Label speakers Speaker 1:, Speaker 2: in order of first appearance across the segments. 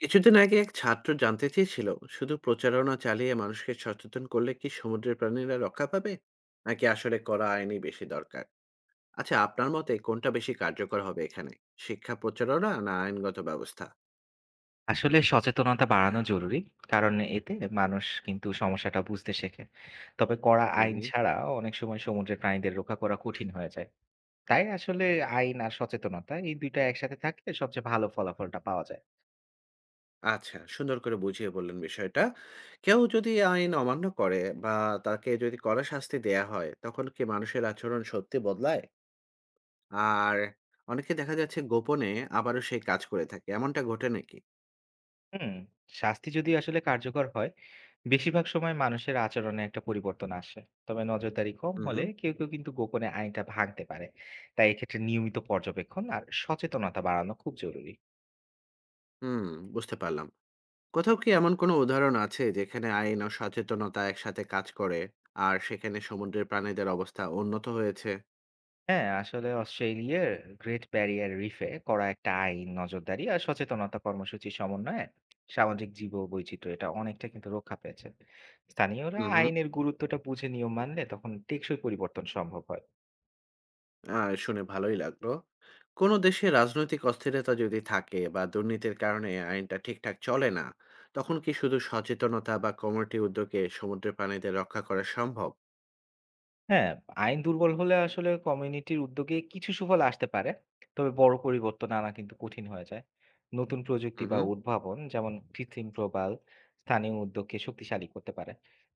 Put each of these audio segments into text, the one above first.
Speaker 1: কিছুদিন আগে এক ছাত্র জানতে চেয়েছিল, শুধু প্রচারণা চালিয়ে মানুষকে সচেতন করলে কি সমুদ্রের প্রাণীরা রক্ষা পাবে, নাকি আসলে করা আইনই বেশি দরকার। আচ্ছা, আপনার মতে কোনটা বেশি কার্যকর হবে এখানে, শিক্ষা প্রচারণা না আইনগত ব্যবস্থা?
Speaker 2: আসলে সচেতনতা বাড়ানো জরুরি। কারণ এতে মানুষ কিন্তু সমস্যাটা বুঝতে শেখে। তবে কড়া
Speaker 1: হুম
Speaker 2: আইন
Speaker 1: হুম।
Speaker 2: ছাড়া অনেক সময় সমুদ্রের প্রাণীদের রক্ষা করা কঠিন হয়ে যায়। তাই আসলে আইন আর সচেতনতা এই ২ টা একসাথে থাকলে সবচেয়ে ভালো ফলাফলটা পাওয়া যায়।
Speaker 1: আচ্ছা, সুন্দর করে বুঝিয়ে বললেন বিষয়টা। কেউ যদি আইন অমান্য করে, বা তাকে যদি কড়া শাস্তি দেয়া হয়, তখন কি মানুষের আচরণ সত্যি বদলায়? আর অনেকে দেখা যাচ্ছে গোপনে আবারও সেই কাজ করে থাকে, এমনটা ঘটে নাকি?
Speaker 2: হুম, শাস্তি যদি আসলে কার্যকর হয়, বেশিরভাগ সময় মানুষের আচরণে একটা পরিবর্তন আসে। তবে নজরদারি কম
Speaker 1: হুম
Speaker 2: হলে
Speaker 1: হুম।
Speaker 2: কেউ কিন্তু গোপনে আইনটা ভাঙতে পারে। তাই এক্ষেত্রে নিয়মিত পর্যবেক্ষণ আর সচেতনতা বাড়ানো খুব জরুরি।
Speaker 1: হুম, বুঝতে পারলাম। কোথাও কি এমন কোনো উদাহরণ আছে যেখানে আইন ও সচেতনতা একসাথে কাজ করে আর সেখানে সমুদ্রের প্রাণীদের অবস্থা উন্নত হয়েছে?
Speaker 2: হ্যাঁ, আসলে অস্ট্রেলিয়ার গ্রেট ব্যারিয়ার রিফে করা একটা আইন, নজরদারি আর সচেতনতা কর্মসূচির সমন্বয়ে সামাজিক জীববৈচিত্র্য এটা অনেকটা কিন্তু রক্ষা পেয়েছে। স্থানীয়রা
Speaker 1: হুম হুম।
Speaker 2: আইনের গুরুত্বটা বুঝে নিয়ম মানলে তখন টেকসই পরিবর্তন সম্ভব হয়।
Speaker 1: আহ, শুনে ভালোই লাগলো। কোনো দেশে রাজনৈতিক অস্থিরতা যদি থাকে বা দুর্নীতির কারণে আইনটা ঠিকঠাক চলে না, তখন কি শুধু সচেতনতা বা কমিউনিটি উদ্যোগে সমুদ্রের প্রাণীদের রক্ষা করা সম্ভব?
Speaker 2: হ্যাঁ, আইন দুর্বল হলে আসলে কমিউনিটির উদ্যোগে কিছু সুফল আসতে পারে, তবে বড় পরিবর্তন আনা কিন্তু কঠিন হয়ে যায়। নতুন প্রযুক্তি
Speaker 1: হুম
Speaker 2: বা
Speaker 1: হুম।
Speaker 2: উদ্ভাবন যেমন কৃত্রিম প্রবাল স্থানীয় উদ্যোগকে শক্তিশালী করতে পারে।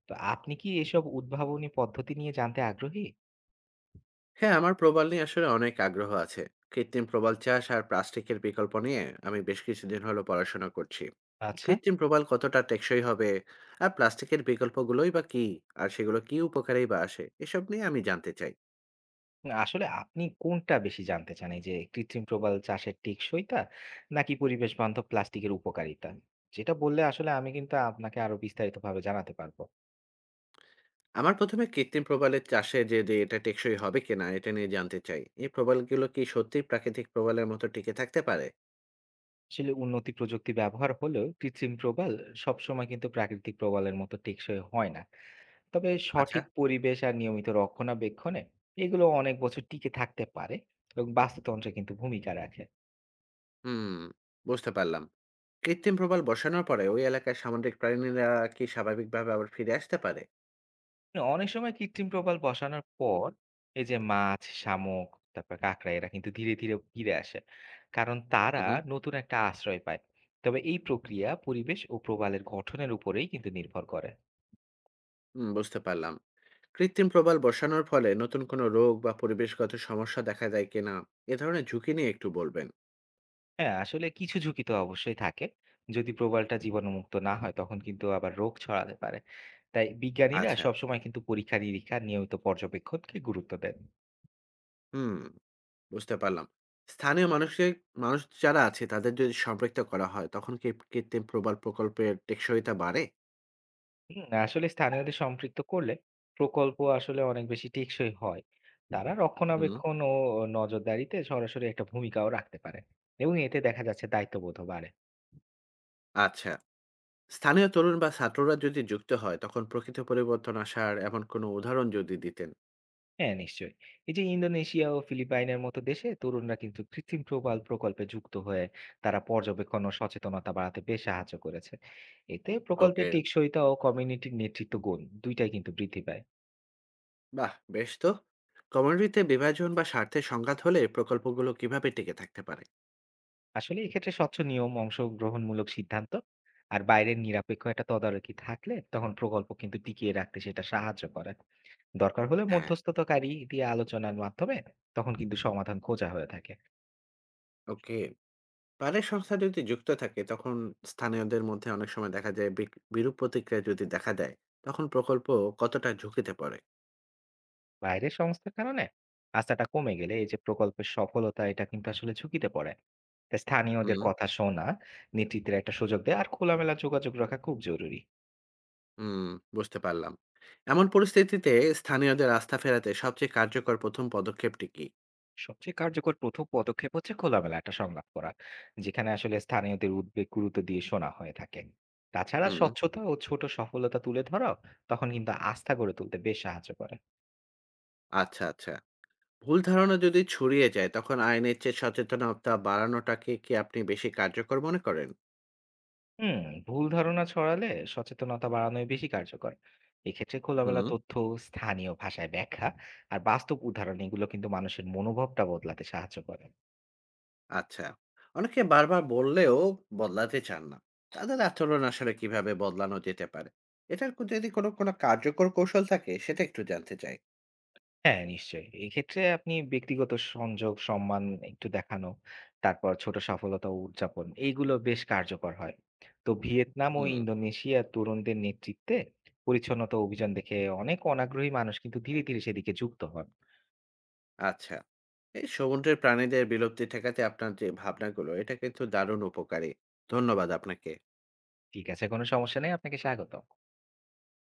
Speaker 2: তো আপনি কি এসব উদ্ভাবনী পদ্ধতি নিয়ে জানতে আগ্রহী?
Speaker 1: হ্যাঁ, আমার প্রবাল নিয়ে আসলে অনেক আগ্রহ আছে। কৃত্রিম প্রবাল চাষ আর প্লাস্টিকের বিকল্প নিয়ে আমি বেশ কিছুদিন হলো পড়াশোনা করছি।
Speaker 2: আচ্ছা।
Speaker 1: কৃত্রিম প্রবাল কতটা টেকসই হবে? আর প্লাস্টিকের বিকল্পগুলোই বা কী? আর সেগুলো কী উপকারেই বা আসে? এসব নিয়ে আমি জানতে চাই।
Speaker 2: না আসলে আপনি কোনটা বেশি জানতে চান? এই যে কৃত্রিম প্রবাল চাষের টেকসইতা নাকি পরিবেশ বান্ধব প্লাস্টিকের উপকারিতা? যেটা বললে আসলে আমি কিন্তু আপনাকে আরো বিস্তারিতভাবে জানাতে পারবো।
Speaker 1: আমার ১ম এ কৃত্রিম প্রবালের চাষে যে এটা টেকসই হবে কিনা এটা নিয়ে জানতে চাই। এই প্রবালগুলো কি সত্যিই প্রাকৃতিক প্রবালের মতো টিকে থাকতে পারে?
Speaker 2: আসলে উন্নতি প্রযুক্তি ব্যবহার হলেও কৃত্রিম প্রবাল সবসময় কিন্তু প্রাকৃতিক প্রবালের মতো টেকসই হয় না। তবে
Speaker 1: আচ্ছা।
Speaker 2: সঠিক পরিবেশ আর নিয়মিত রক্ষণাবেক্ষণে এগুলো অনেক বছর টিকে থাকতে পারে এবং বাস্তুতন্ত্রে কিন্তু ভূমিকা রাখে।
Speaker 1: হুম, বুঝতে পারলাম। কৃত্রিম প্রবাল বসানোর পরে ওই এলাকায় সামুদ্রিক প্রাণীরা কি স্বাভাবিকভাবে আবার ফিরে আসতে পারে?
Speaker 2: অনেক সময় কৃত্রিম প্রবাল বসানোর পর এই যে মাছ, শামুক, তারপর কাঁকড়া এরা কিন্তু ধীরে ধীরে ফিরে আসে। কারণ তারা
Speaker 1: উহু।
Speaker 2: নতুন একটা আশ্রয় পায়। তবে এই প্রক্রিয়া পরিবেশ ও প্রবালের গঠনের উপরেই কিন্তু নির্ভর করে।
Speaker 1: হুম, বুঝতে পারলাম। কৃত্রিম প্রবাল বসানোর ফলে নতুন কোনো রোগ বা পরিবেশগত সমস্যা দেখা যায় কিনা? এ ধরনের ঝুঁকি নিয়ে একটু বলবেন।
Speaker 2: হ্যাঁ, আসলে কিছু ঝুঁকি তো অবশ্যই থাকে। যদি প্রবালটা জীবাণুমুক্ত না হয় তখন কিন্তু আবার রোগ ছড়াতে পারে। তাই বিজ্ঞানীরা
Speaker 1: আচ্ছা।
Speaker 2: সবসময় কিন্তু পরীক্ষা-নিরীক্ষা, নিয়মিত পর্যবেক্ষণকে গুরুত্ব দেন।
Speaker 1: হুম, বুঝতে পারলাম। স্থানীয় মানুষের মানুষ যারা আছে তাদের যদি সম্পৃক্ত করা হয় তখন কি কৃত্রিম প্রবাল প্রকল্পের টেকসইতা বাড়ে?
Speaker 2: হুম, আসলে স্থানীয়দের সম্পৃক্ত করলে প্রকল্প আসলে অনেক বেশি টেকসই হয়। তারা
Speaker 1: হুম।
Speaker 2: রক্ষণাবেক্ষণ ও নজরদারিতে সরাসরি একটা ভূমিকাও রাখতে পারে এবং এতে দেখা যাচ্ছে দায়িত্ববোধ বাড়ে।
Speaker 1: আচ্ছা। স্থানীয় তরুণ বা ছাত্ররা যদি যুক্ত হয় তখন প্রকৃত পরিবর্তন আসার এমন কোনো উদাহরণ যদি দিতেন।
Speaker 2: হ্যাঁ নিশ্চয়ই, এই যে ইন্দোনেশিয়া ও ফিলিপাইনের মতো দেশে তরুণরা কিন্তু কৃত্রিম প্রবাল প্রকল্পে যুক্ত হয়ে তারা পর্যবেক্ষণ ও সচেতনতা বাড়াতে বেশ সাহায্য করেছে। এতে প্রকল্পের
Speaker 1: ওকে।
Speaker 2: টেকসইতা ও কমিউনিটির নেতৃত্ব গুণ দুইটাই কিন্তু বৃদ্ধি পায়।
Speaker 1: বাহ! বেশ তো। কমিউনিটিতে বিভাজন বা স্বার্থের সংঘাত হলে প্রকল্পগুলো কিভাবে টিকে থাকতে পারে?
Speaker 2: আসলে এক্ষেত্রে স্বচ্ছ নিয়ম, অংশগ্রহণমূলক সিদ্ধান্ত আর বাইরের নিরপেক্ষ একটা তদারকি থাকলে তখন প্রকল্প কিন্তু টিকিয়ে রাখতে সেটা সাহায্য করে। দরকার হলে
Speaker 1: হ্যাঁ।
Speaker 2: মধ্যস্থতাকারী দিয়ে আলোচনার মাধ্যমে তখন কিন্তু সমাধান খোঁজা হয়ে থাকে।
Speaker 1: ওকে। পাড়ার সংস্থা যদি যুক্ত থাকে তখন স্থানীয়দের মধ্যে অনেক সময় দেখা যায় বিরূপ প্রতিক্রিয়া যদি দেখা দেয়, তখন প্রকল্প কতটা ঝুঁকিতে পড়ে?
Speaker 2: বাইরের সংস্থার কারণে আস্থাটা কমে গেলে এই যে প্রকল্পের সফলতা এটা কিন্তু আসলে ঝুঁকিতে পড়ে। তাই স্থানীয়দের
Speaker 1: হুম
Speaker 2: কথা শোনা, নেতৃত্বের একটা সুযোগ দেয়া আর খোলামেলা যোগাযোগ রাখা খুব জরুরি।
Speaker 1: হুম। বুঝতে পারলাম। এমন পরিস্থিতিতে স্থানীয়দের আস্থা ফেরাতে সবচেয়ে কার্যকর প্রথম পদক্ষেপটি কি?
Speaker 2: সবচেয়ে কার্যকর প্রথম পদক্ষেপ হচ্ছে খোলামেলা একটা সংলাপ করা যেখানে আসলে স্থানীয়দের উদ্বেগ গুরুত্ব দিয়ে শোনা হয়ে থাকে। তাছাড়া
Speaker 1: হুম।
Speaker 2: স্বচ্ছতা ও ছোট সফলতা তুলে ধরা তখন কিন্তু আস্থা গড়ে তুলতে বেশ সাহায্য করে।
Speaker 1: আচ্ছা আচ্ছা। ভুল ধারণা যদি ছড়িয়ে যায় তখন আইনের চেয়ে সচেতনতা বাড়ানোটাকে কি আপনি বেশি কার্যকর মনে করেন?
Speaker 2: হুম, ভুল ধারণা ছড়ালে সচেতনতা বাড়ানোই বেশি কার্যকর। এক্ষেত্রে খোলামেলা
Speaker 1: হুম।
Speaker 2: তথ্য, স্থানীয় ভাষায় ব্যাখ্যা আর বাস্তব উদাহরণ এগুলো কিন্তু মানুষের মনোভাবটা বদলাতে সাহায্য করে।
Speaker 1: আচ্ছা। অনেকে বারবার বললেও বদলাতে চান না। তাদের আচরণ আসলে কিভাবে বদলানো যেতে পারে? এটার যদি কোনো কার্যকর কৌশল থাকে সেটা একটু জানতে চাই।
Speaker 2: হ্যাঁ, নিশ্চয়ই। এক্ষেত্রে আপনি ব্যক্তিগত সংযোগ, সম্মান একটু দেখানো, তারপর ছোট সফলতা উদযাপন এইগুলো বেশ কার্যকর হয়। তো ভিয়েতনাম ও
Speaker 1: হুম।
Speaker 2: ইন্দোনেশিয়ার তরুণদের নেতৃত্বে পরিচ্ছন্নতা অভিযান দেখে অনেক অনাগ্রহী মানুষ কিন্তু ধীরে ধীরে সেদিকে যুক্ত হন।
Speaker 1: আচ্ছা। এই সমুদ্রের প্রাণীদের বিলুপ্তি ঠেকাতে আপনার যে ভাবনাগুলো এটা কিন্তু দারুণ উপকারী। ধন্যবাদ আপনাকে।
Speaker 2: ঠিক আছে, কোনো সমস্যা নেই। আপনাকে স্বাগতম।